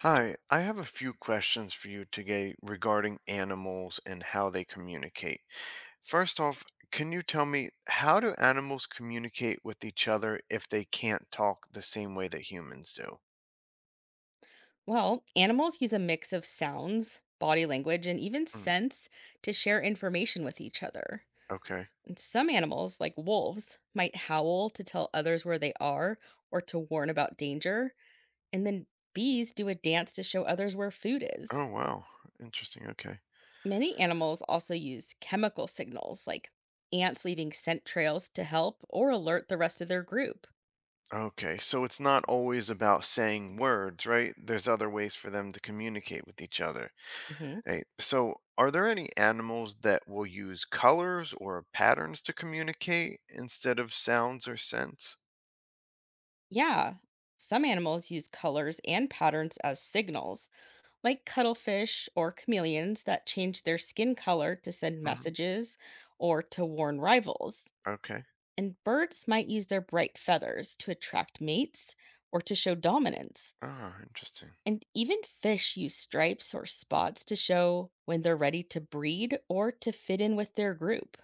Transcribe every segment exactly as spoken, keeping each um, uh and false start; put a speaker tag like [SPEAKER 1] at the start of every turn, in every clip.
[SPEAKER 1] Hi, I have a few questions for you today regarding animals and how they communicate. First off, can you tell me, how do animals communicate with each other if they can't talk the same way that humans do?
[SPEAKER 2] Well, animals use a mix of sounds, body language, and even
[SPEAKER 1] Mm,
[SPEAKER 2] scents to share information with each other.
[SPEAKER 1] okay.
[SPEAKER 2] And some animals, like wolves, might howl to tell others where they are or to warn about danger. And then bees do a dance to show others where food is.
[SPEAKER 1] Oh, wow. Interesting. Okay.
[SPEAKER 2] Many animals also use chemical signals, like ants leaving scent trails to help or alert the rest of their group.
[SPEAKER 1] Okay, so it's not always about saying words, right? There's other ways for them to communicate with each other.
[SPEAKER 2] Mhm.
[SPEAKER 1] Hey, so are there any animals that will use colors or patterns to communicate instead of sounds or scents?
[SPEAKER 2] Yeah. Some animals use colors and patterns as signals like cuttlefish or chameleons that change their skin color to send
[SPEAKER 1] Mhm.
[SPEAKER 2] messages or to warn rivals.
[SPEAKER 1] Okay.
[SPEAKER 2] And birds might use their bright feathers to attract mates or to show dominance.
[SPEAKER 1] Ah, interesting.
[SPEAKER 2] And even fish use stripes or spots to show when they're ready to breed or to fit in with their group.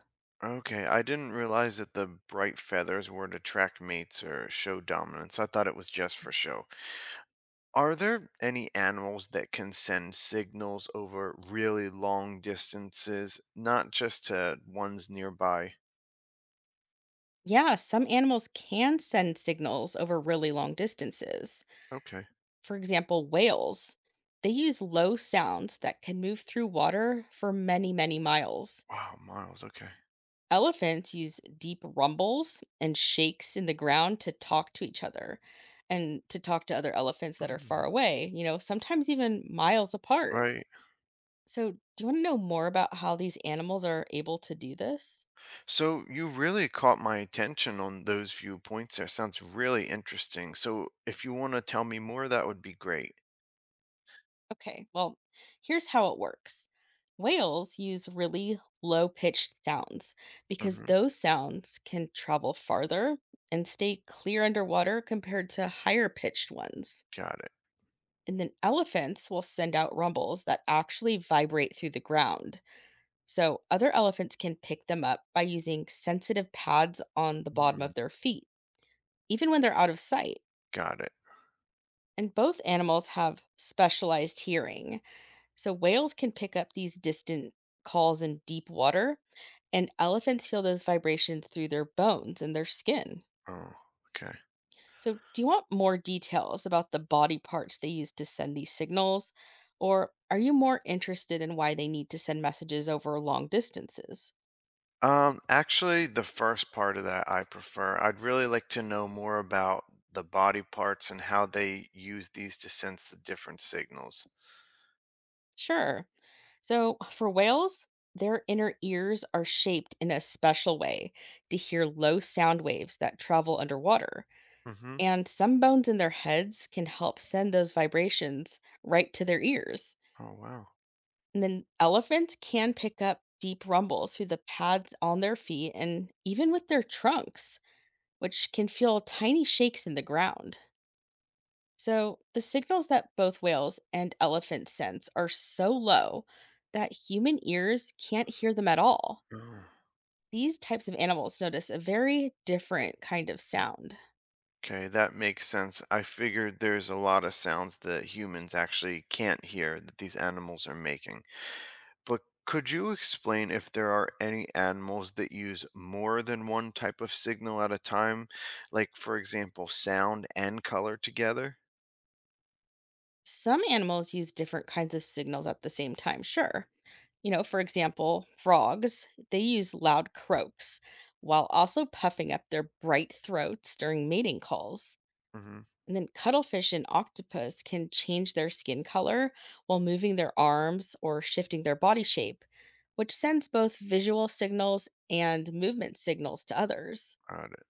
[SPEAKER 1] Okay, I didn't realize that the bright feathers were to attract mates or show dominance. I thought it was just for show. Are there any animals that can send signals over really long distances, not just to ones nearby?
[SPEAKER 2] Yeah, some animals can send signals over really long distances.
[SPEAKER 1] Okay.
[SPEAKER 2] For example, whales. They use low sounds that can move through water for many, many miles.
[SPEAKER 1] Wow, miles. Okay.
[SPEAKER 2] Elephants use deep rumbles and shakes in the ground to talk to each other and to talk to other elephants that are far
[SPEAKER 1] Mm,
[SPEAKER 2] away, you know, sometimes even miles apart.
[SPEAKER 1] right.
[SPEAKER 2] So, do you want to know more about how these animals are able to do this?
[SPEAKER 1] So you really caught my attention on those few points there. Sounds really interesting. So if you want to tell me more, that would be great.
[SPEAKER 2] Okay, well, here's how it works. Whales use really low pitched sounds because
[SPEAKER 1] Hmm.
[SPEAKER 2] those sounds can travel farther and stay clear underwater compared to higher pitched ones.
[SPEAKER 1] Got it.
[SPEAKER 2] And then elephants will send out rumbles that actually vibrate through the ground, so other elephants can pick them up by using sensitive pads on the bottom
[SPEAKER 1] Hmm.
[SPEAKER 2] of their feet, even when they're out of sight.
[SPEAKER 1] Got it.
[SPEAKER 2] And both animals have specialized hearing. So whales can pick up these distant calls in deep water, and elephants feel those vibrations through their bones and their skin.
[SPEAKER 1] Oh, okay.
[SPEAKER 2] So, do you want more details about the body parts they use to send these signals? Or are you more interested in why they need to send messages over long distances?
[SPEAKER 1] Um, actually, the first part of that I prefer. I'd really like to know more about the body parts and how they use these to sense the different signals.
[SPEAKER 2] Sure. So, for whales, their inner ears are shaped in a special way to hear low sound waves that travel underwater.
[SPEAKER 1] Mm-hmm.
[SPEAKER 2] And some bones in their heads can help send those vibrations right to their ears.
[SPEAKER 1] Oh, wow.
[SPEAKER 2] And then elephants can pick up deep rumbles through the pads on their feet and even with their trunks, which can feel tiny shakes in the ground. So, the signals that both whales and elephants sense are so low that human ears can't hear them at all.
[SPEAKER 1] Oh.
[SPEAKER 2] These types of animals notice a very different kind of sound.
[SPEAKER 1] Okay, that makes sense. I figured there's a lot of sounds that humans actually can't hear that these animals are making. But could you explain if there are any animals that use more than one type of signal at a time? Like, for example, sound and color together?
[SPEAKER 2] Some animals use different kinds of signals at the same time, sure. You know, for example, frogs, they use loud croaks while also puffing up their bright throats during mating calls.
[SPEAKER 1] Mm-hmm.
[SPEAKER 2] And then cuttlefish and octopus can change their skin color while moving their arms or shifting their body shape, which sends both visual signals and movement signals to others.
[SPEAKER 1] Got it.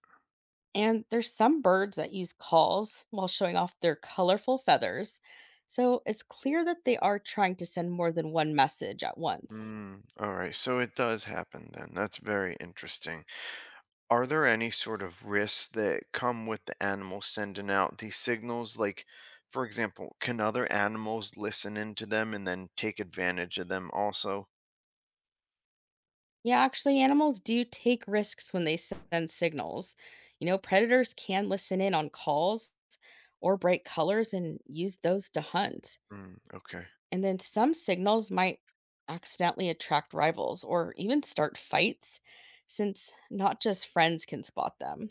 [SPEAKER 2] And there's some birds that use calls while showing off their colorful feathers. So it's clear that they are trying to send more than one message at once.
[SPEAKER 1] Mm, all right, so it does happen then. That's very interesting. Are there any sort of risks that come with the animals sending out these signals? Like, for example, can other animals listen into them and then take advantage of them also?
[SPEAKER 2] Yeah, actually, animals do take risks when they send signals. You know, predators can listen in on calls or bright colors and use those to hunt.
[SPEAKER 1] Mm, okay.
[SPEAKER 2] And then some signals might accidentally attract rivals or even start fights, since not just friends can spot them.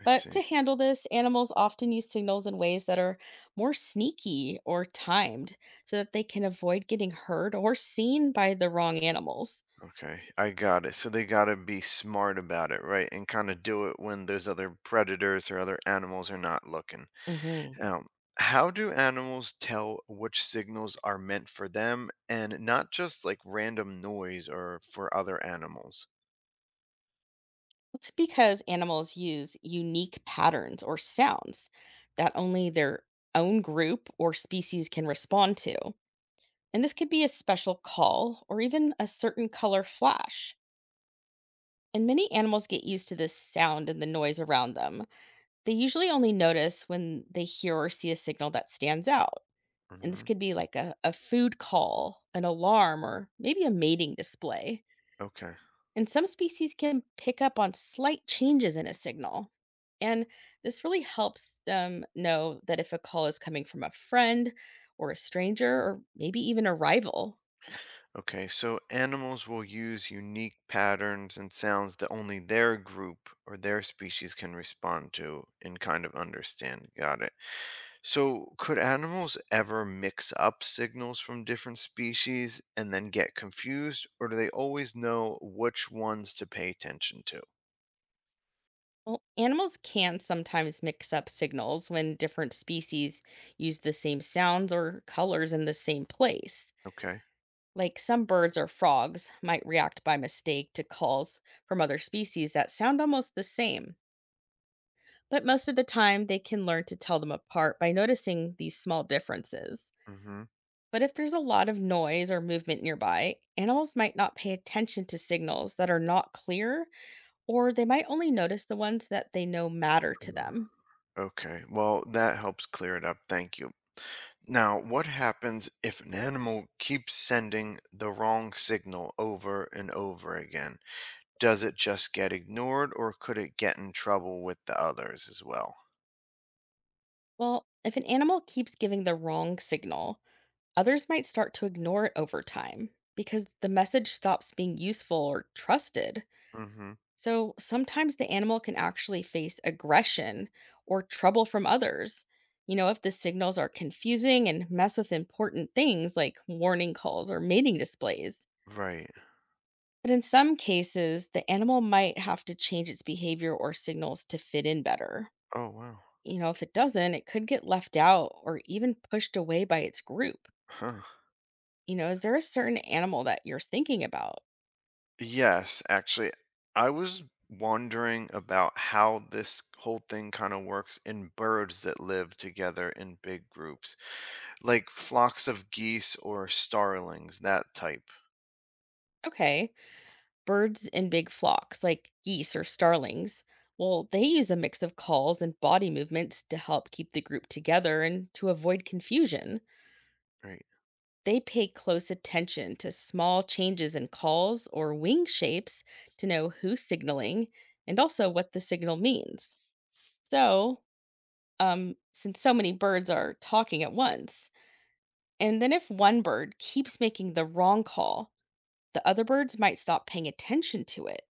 [SPEAKER 1] I
[SPEAKER 2] But to
[SPEAKER 1] see.
[SPEAKER 2] handle this, animals often use signals in ways that are more sneaky or timed so that they can avoid getting heard or seen by the wrong animals.
[SPEAKER 1] Okay, I got it. So they gotta be smart about it, right? And kind of do it when those other predators or other animals are not looking.
[SPEAKER 2] Hmm.
[SPEAKER 1] Now, how do animals tell which signals are meant for them and not just like random noise or for other animals?
[SPEAKER 2] It's because animals use unique patterns or sounds that only their own group or species can respond to. And this could be a special call or even a certain color flash. And many animals get used to this sound and the noise around them. They usually only notice when they hear or see a signal that stands out. And this
[SPEAKER 1] Hmm.
[SPEAKER 2] could be like a, a food call, an alarm, or maybe a mating display.
[SPEAKER 1] Okay.
[SPEAKER 2] And some species can pick up on slight changes in a signal. And this really helps them know that if a call is coming from a friend or a stranger or maybe even a rival.
[SPEAKER 1] Okay, so animals will use unique patterns and sounds that only their group or their species can respond to and kind of understand. Got it. So, could animals ever mix up signals from different species and then get confused, or do they always know which ones to pay attention to?
[SPEAKER 2] Well, animals can sometimes mix up signals when different species use the same sounds or colors in the same place.
[SPEAKER 1] Okay.
[SPEAKER 2] Like some birds or frogs might react by mistake to calls from other species that sound almost the same. But most of the time, they can learn to tell them apart by noticing these small differences.
[SPEAKER 1] Mm hmm.
[SPEAKER 2] But if there's a lot of noise or movement nearby, animals might not pay attention to signals that are not clear, or they might only notice the ones that they know matter to them.
[SPEAKER 1] Okay. Well, that helps clear it up. Thank you. Now, what happens if an animal keeps sending the wrong signal over and over again? Does it just get ignored, or could it get in trouble with the others as well?
[SPEAKER 2] Well, if an animal keeps giving the wrong signal, others might start to ignore it over time because the message stops being useful or trusted.
[SPEAKER 1] Mm-hmm.
[SPEAKER 2] So sometimes the animal can actually face aggression or trouble from others. You know, if the signals are confusing and mess with important things like warning calls or mating displays.
[SPEAKER 1] Right.
[SPEAKER 2] But in some cases, the animal might have to change its behavior or signals to fit in better.
[SPEAKER 1] Oh, wow.
[SPEAKER 2] You know, if it doesn't, it could get left out or even pushed away by its group.
[SPEAKER 1] Huh.
[SPEAKER 2] You know, is there a certain animal that you're thinking about?
[SPEAKER 1] Yes, actually, I was wondering about how this whole thing kind of works in birds that live together in big groups, like flocks of geese or starlings, that type.
[SPEAKER 2] Okay, birds in big flocks, like geese or starlings, well, they use a mix of calls and body movements to help keep the group together and to avoid confusion.
[SPEAKER 1] Right.
[SPEAKER 2] They pay close attention to small changes in calls or wing shapes to know who's signaling and also what the signal means. So, um, since so many birds are talking at once, and then if one bird keeps making the wrong call, the other birds might stop paying attention to it,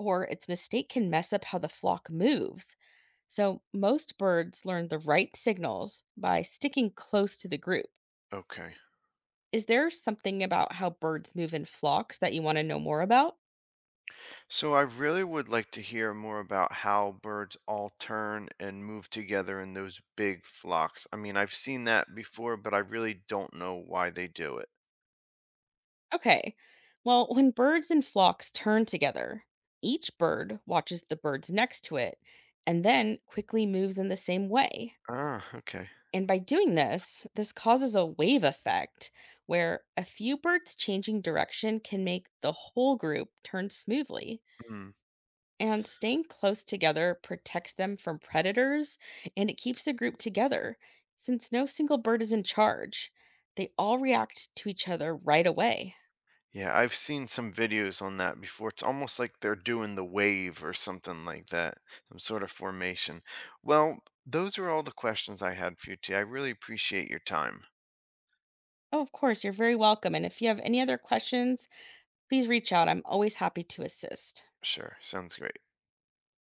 [SPEAKER 2] or its mistake can mess up how the flock moves. So, most birds learn the right signals by sticking close to the group.
[SPEAKER 1] Okay.
[SPEAKER 2] Is there something about how birds move in flocks that you want to know more about?
[SPEAKER 1] So I really would like to hear more about how birds all turn and move together in those big flocks. I mean, I've seen that before, but I really don't know why they do it.
[SPEAKER 2] Okay. Well, when birds and flocks turn together, each bird watches the birds next to it and then quickly moves in the same way.
[SPEAKER 1] Ah, okay.
[SPEAKER 2] And by doing this, this causes a wave effect where a few birds changing direction can make the whole group turn smoothly.
[SPEAKER 1] Mm.
[SPEAKER 2] And staying close together protects them from predators, and it keeps the group together since no single bird is in charge. They all react to each other right away.
[SPEAKER 1] Yeah, I've seen some videos on that before. It's almost like they're doing the wave or something like that, some sort of formation. Well, those are all the questions I had for you today. I really appreciate your time.
[SPEAKER 2] Oh, of course, you're very welcome. And if you have any other questions, please reach out. I'm always happy to assist.
[SPEAKER 1] Sure, sounds great.